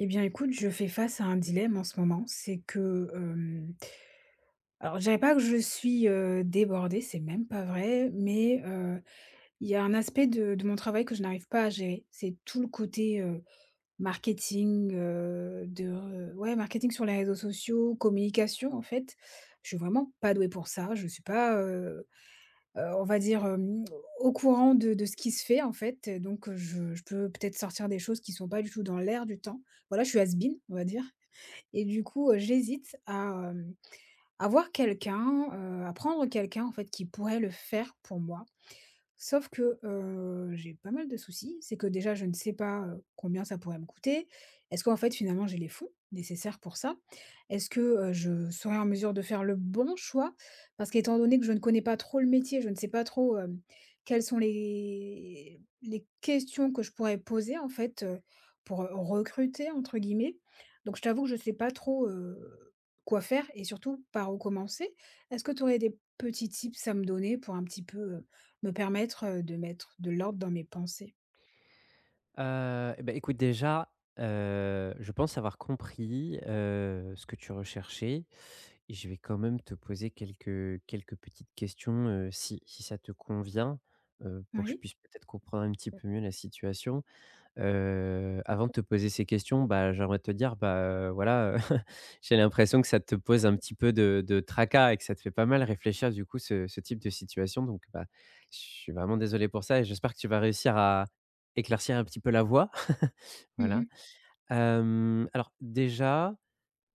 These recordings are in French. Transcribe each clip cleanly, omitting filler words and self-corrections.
Eh bien, écoute, je fais face à un dilemme en ce moment. C'est que, alors je dirais pas que je suis, débordée, c'est même pas vrai, mais, il y a un aspect de mon travail que je n'arrive pas à gérer. C'est tout le côté, marketing, de ouais, marketing sur les réseaux sociaux, communication, en fait. Je suis vraiment pas douée pour ça. Je suis pas, on va dire, au courant de ce qui se fait, en fait, donc, je peux peut-être sortir des choses qui sont pas du tout dans l'air du temps. Voilà, je suis has-been, on va dire. Et du coup, j'hésite à, voir quelqu'un, à prendre quelqu'un en fait qui pourrait le faire pour moi. Sauf que, j'ai pas mal de soucis. C'est que déjà je ne sais pas, combien ça pourrait me coûter. Est-ce qu'en fait finalement j'ai les fonds nécessaires pour ça? Est-ce que, je serai en mesure de faire le bon choix? Parce qu'étant donné que je ne connais pas trop le métier, je ne sais pas trop, quelles sont les questions que je pourrais poser en fait, pour, «recruter» entre guillemets. Donc je t'avoue que je ne sais pas trop, quoi faire et surtout par où commencer. Est-ce que tu aurais des petits tips à me donner pour un petit peu, me permettre, de mettre de l'ordre dans mes pensées. Écoute déjà, je pense avoir compris, ce que tu recherchais et je vais quand même te poser quelques petites questions, si ça te convient, pour que je Oui. puisse peut-être comprendre un petit peu mieux la situation. Avant de te poser ces questions, j'aimerais te dire, heu, voilà, j'ai l'impression que ça te pose un petit peu de tracas et que ça te fait pas mal réfléchir du coup ce type de situation donc je suis vraiment désolé pour ça et j'espère que tu vas réussir à éclaircir un petit peu la voie. Voilà. Mmh. Alors déjà,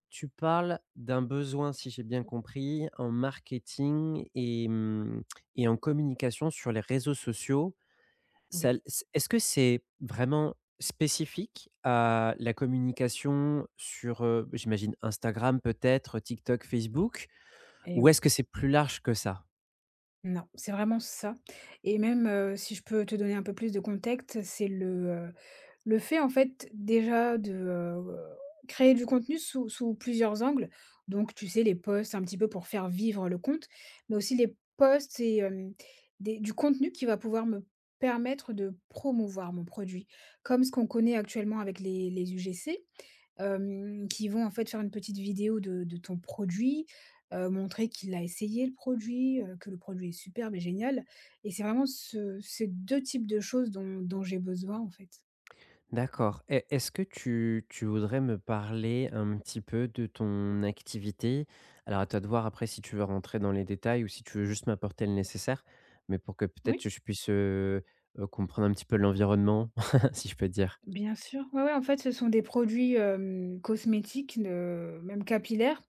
tu parles d'un besoin, si j'ai bien compris, en marketing et et en communication sur les réseaux sociaux. Ça Oui l Est-ce que c'est vraiment spécifique à la communication sur, j'imagine Instagram peut-être, TikTok, Facebook? et Ou est-ce oui. que c'est plus large que ça? Non, c'est vraiment ça et même, si je peux te donner un peu plus de contexte, c'est heu, le fait en fait déjà de, créer du contenu sous plusieurs angles. Donc tu sais les posts un petit peu pour faire vivre le compte, mais aussi les posts et hem, des du contenu qui va pouvoir me permettre de promouvoir mon produit. Comme ce qu'on connaît actuellement avec les UGC , qui vont en fait faire une petite vidéo de ton produit, montrer qu'il a essayé le produit, que le produit est superbe et génial, et c'est vraiment ce ces 2 types de choses dont j'ai besoin en fait. D'accord. Et est-ce que tu voudrais me parler un petit peu de ton activité? Alors, à toi de voir après si tu veux rentrer dans les détails ou si tu veux juste m'apporter le nécessaire, mais pour que peut-être Oui, je puisse, comprendre un petit peu l'environnement, si je peux dire. bien sûr. Ouais, ouais, en fait, ce sont des produits, cosmétiques, même capillaires,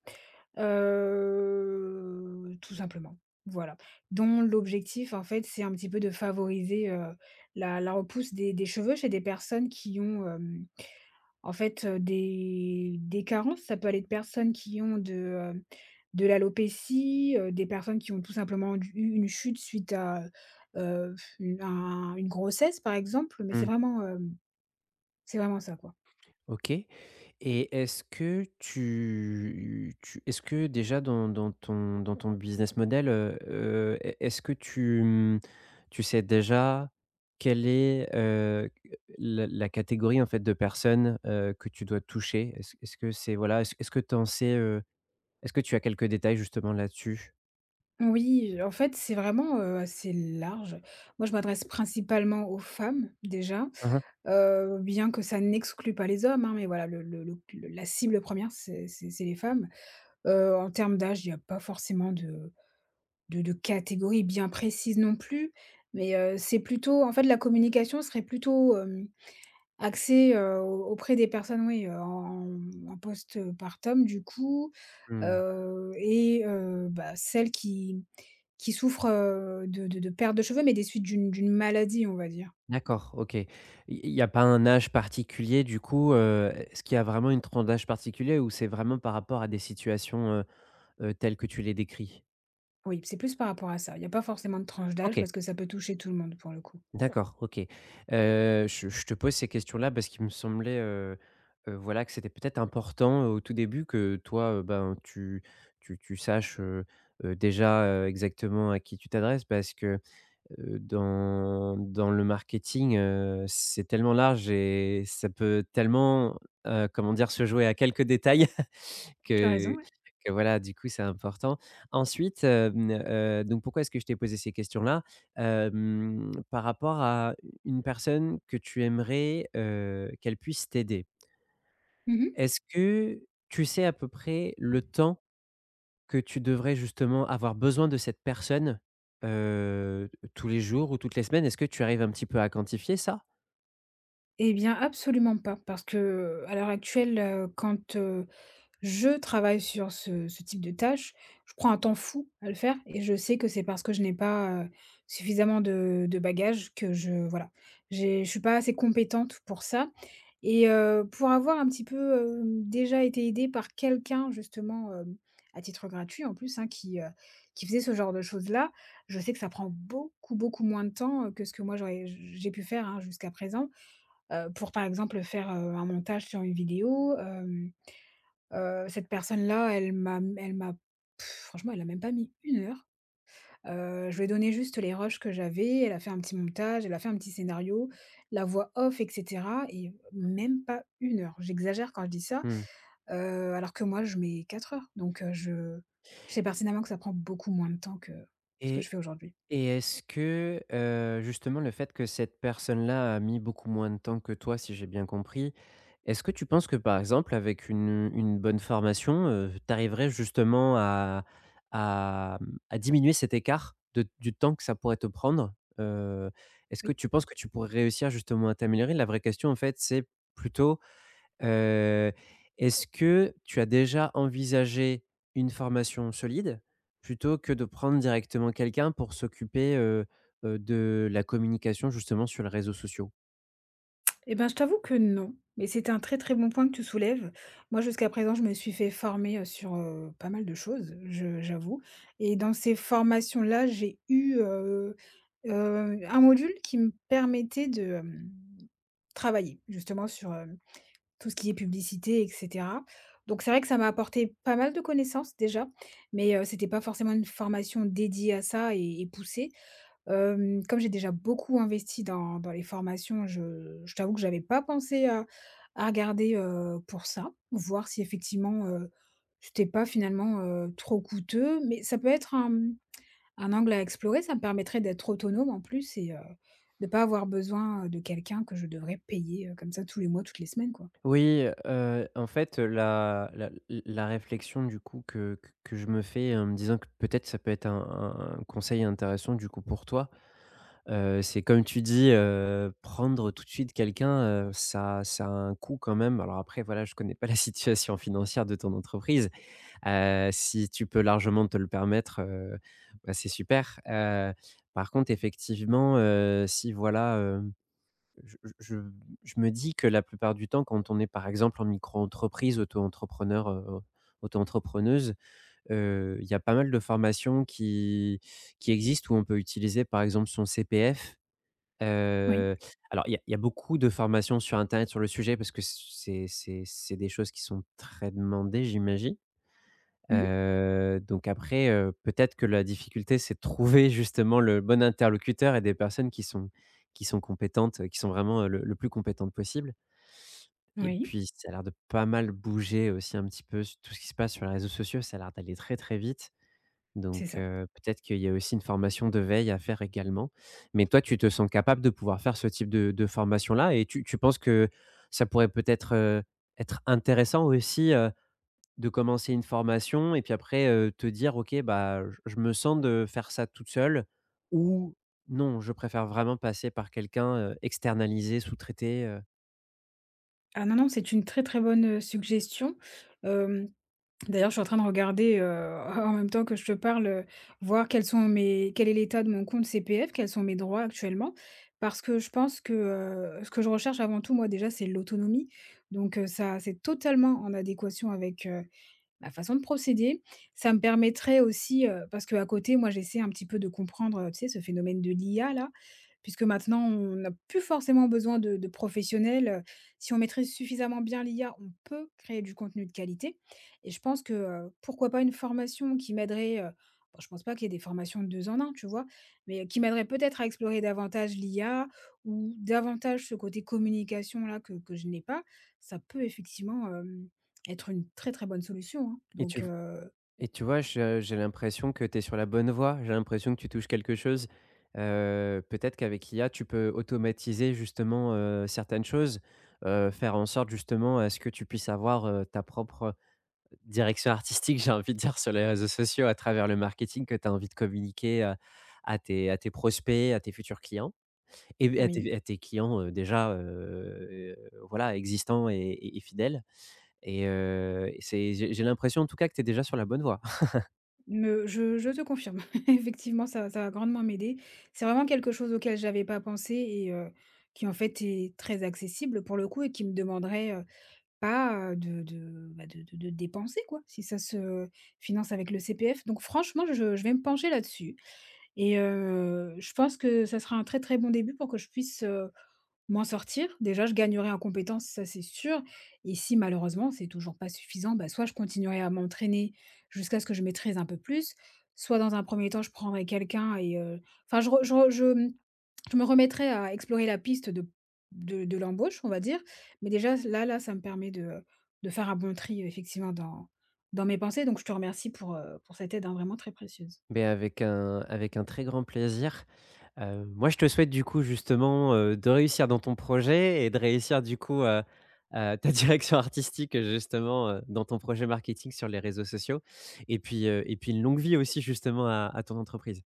tout simplement, voilà, dont l'objectif en fait, c'est un petit peu de favoriser, la repousse des cheveux chez des personnes qui ont, hem En fait, des carences, ça peut aller de personnes qui ont de l'alopécie, des personnes qui ont tout simplement eu une chute suite à, une grossesse par exemple, mais Mmh. C'est vraiment ça quoi. OK. Et est-ce que déjà dans dans ton business model, est-ce que tu, tu sais déjà quelle est, la catégorie en fait de personnes, que tu dois toucher? Est-ce que c'est voilà, est-ce que tu en sais, est-ce que tu as quelques détails justement là-dessus? Oui, en fait, c'est vraiment, assez large. Moi, je m'adresse principalement aux femmes déjà, Mmh mh. Bien que ça n'exclue pas les hommes, hein, mais voilà, le la cible première, c'est les femmes. En termes d'âge, il n'y a pas forcément de catégories bien précises non plus, mais c'est plutôt en fait, la communication serait plutôt, axée, au auprès des personnes, oui, en post-partum du coup, Mmh, et bah, celles qui souffrent, de perte de cheveux, mais des suites d'une maladie, on va dire. d'accord, OK. Il y a pas un âge particulier du coup, est-ce qu'il y a vraiment une tranche d'âge particulier ou c'est vraiment par rapport à des situations, tels que tu les décris? Oui, c'est plus par rapport à ça. Il y a pas forcément de tranche d'âge OK, parce que ça peut toucher tout le monde pour le coup. d'accord, OK. Je te pose ces questions-là parce qu'il me semblait, voilà, que c'était peut-être important, au tout début que toi, tu saches, déjà, exactement à qui tu t'adresses parce que, dans le marketing, c'est tellement large et ça peut tellement, comment dire? Se jouer à quelques détails. Tu as raison, Que ouais. que voilà, du coup, c'est important. Ensuite, donc pourquoi est-ce que je t'ai posé ces questions-là? Par rapport à une personne que tu aimerais, qu'elle puisse t'aider. Mmh. Est-ce que tu sais à peu près le temps que tu devrais justement avoir besoin de cette personne, tous les jours ou toutes les semaines? Est-ce que tu arrives un petit peu à quantifier ça? Eh bien, absolument pas, parce que à l'heure actuelle, quand, je travaille sur ce type de tâche, je prends un temps fou à le faire et je sais que c'est parce que je n'ai pas, suffisamment de bagages que je voilà, j'ai je suis pas assez compétente pour ça, et pour avoir un petit peu, déjà été aidée par quelqu'un justement, à titre gratuit en plus, hein, qui faisait ce genre de choses-là, je sais que ça prend beaucoup, beaucoup moins de temps, que ce que moi j'ai pu faire, hein, jusqu'à présent, pour par exemple faire, un montage sur une vidéo. Cette personne-là, elle m'a pff, franchement, elle a même pas mis 1 heure. Je lui ai donné juste les rushs que j'avais, elle a fait un petit montage, elle a fait un petit scénario, la voix off et cetera, et même pas 1 heure. J'exagère quand je dis ça, Mmh alors que moi je mets 4 heures, donc je sais pertinemment que ça prend beaucoup moins de temps que ce que et je fais aujourd'hui. Et est-ce que, justement le fait que cette personne-là a mis beaucoup moins de temps que toi, si j'ai bien compris, est-ce que tu penses que, par exemple, avec une bonne formation, tu arriverais justement à diminuer cet écart de du temps que ça pourrait te prendre? Est-ce que Oui. tu penses que tu pourrais réussir justement à t'améliorer? La vraie question, en fait, c'est plutôt. Heu, Est-ce que tu as déjà envisagé une formation solide, plutôt que de prendre directement quelqu'un pour s'occuper, de la communication justement sur les réseaux sociaux? Eh ben, je t'avoue que non, mais c'est un très, très bon point que tu soulèves. Moi, jusqu'à présent, je me suis fait former, sur, pas mal de choses, je j'avoue, et dans ces formations-là, j'ai eu, un module qui me permettait de, travailler justement sur, tout ce qui est publicité et cetera. Donc c'est vrai que ça m'a apporté pas mal de connaissances déjà, mais c'était pas forcément une formation dédiée à ça et poussée. Comme j'ai déjà beaucoup investi dans les formations, je t'avoue que j'avais pas pensé à regarder, pour ça. Voir si effectivement, c'était pas finalement, trop coûteux. Mais ça peut être un angle à explorer. Ça me permettrait d'être autonome en plus, et de pas avoir besoin de quelqu'un que je devrais payer, comme ça tous les mois, toutes les semaines, quoi. Oui, en fait, la réflexion du coup que je me fais en me disant que peut-être ça peut être un conseil intéressant du coup pour toi, c'est comme tu dis, prendre tout de suite quelqu'un, ça a un coût quand même. Alors après voilà, je connais pas la situation financière de ton entreprise. Si tu peux largement te le permettre, bah, c'est super. Par contre, effectivement, si voilà, je me dis que la plupart du temps, quand on est, par exemple, en micro-entreprise, auto-entrepreneur, auto-entrepreneuse, il y a pas mal de formations qui existent où on peut utiliser, par exemple, son CPF. Oui. Heu, alors il y a beaucoup de formations sur internet sur le sujet parce que c'est des choses qui sont très demandées, j'imagine. Mmh. Donc après, peut-être que la difficulté, c'est de trouver justement le bon interlocuteur et des personnes qui sont compétentes, qui sont vraiment, le plus compétentes possible et Oui. puis ça a l'air de pas mal bouger aussi un petit peu s tout ce qui se passe sur les réseaux sociaux, ça a l'air d'aller très, très vite C'est donc ça. Peut-être qu'il y a aussi une formation de veille à faire également. Mais toi, tu te sens capable de pouvoir faire ce type de formation-là et tu penses que ça pourrait peut-être, être intéressant aussi, de commencer une formation et puis après, te dire: «OK, bah, je me sens de faire ça toute seule» ou «Non, je préfère vraiment passer par quelqu'un, externaliser, sous traité» Ah non, non, c'est une très, très bonne, suggestion. Hem, d'ailleurs, je suis en train de regarder, en même temps que je te parle, voir quels sont mes quel est l'état de mon compte CPF, quels sont mes droits actuellement. Parce que je pense que, ce que je recherche avant tout, moi, déjà, c'est l'autonomie. Donc, ça c'est totalement en adéquation avec ma façon de procéder. Ça me permettrait aussi, parce qu'à côté, moi, j'essaie un petit peu de comprendre, tu sais, ce phénomène de l'IA-là, puisque maintenant, on n'a plus forcément besoin de professionnels. Si on maîtrise suffisamment bien l'IA, on peut créer du contenu de qualité, et je pense que, pourquoi pas une formation qui m'aiderait, bon, je pense pas qu'il y ait des formations de 2 en un, tu vois? Mais qui m'aiderait peut-être à explorer davantage l'IA ou davantage ce côté communication-là que je n'ai pas. Ça peut effectivement être une très, très bonne solution, hein. et Donc tu et tu vois, je j'ai l'impression que tu es sur la bonne voie. J'ai l'impression que tu touches quelque chose. Peut-être qu'avec l'IA, tu peux automatiser justement, certaines choses, faire en sorte justement à ce que tu puisses avoir, ta propre direction artistique, j'ai envie de dire, sur les réseaux sociaux, à travers le marketing que tu as envie de communiquer, à tes prospects, à tes futurs clients et à tes oui, à tes clients, déjà, voilà, existants et fidèles et c'est j'ai l'impression, en tout cas, que tu es déjà sur la bonne voie. me je te confirme. Effectivement, ça va grandement m'aider. C'est vraiment quelque chose auquel j'avais pas pensé, et qui en fait est très accessible pour le coup et qui me demanderait, pas, bah, de dépenser quoi, si ça se finance avec le CPF. Donc franchement, je vais me pencher là-dessus, et je pense que ça sera un très, très bon début pour que je puisse m'en sortir. Déjà, je gagnerai en compétences, ça c'est sûr, et si malheureusement c'est toujours pas suffisant, bah, soit je continuerai à m'entraîner jusqu'à ce que je maîtrise un peu plus, soit dans un premier temps je prendrai quelqu'un et enfin je re je re je, mmh, je me remettrai à explorer la piste de l'embauche, on va dire, mais déjà là là, ça me permet de faire un bon tri effectivement dans mes pensées, donc je te remercie pour cette aide, hein, vraiment très précieuse. Beh, avec un très grand plaisir. Moi, je te souhaite du coup justement, de réussir dans ton projet et de réussir du coup, ta direction artistique, justement, dans ton projet marketing sur les réseaux sociaux et puis une longue vie aussi justement à ton entreprise.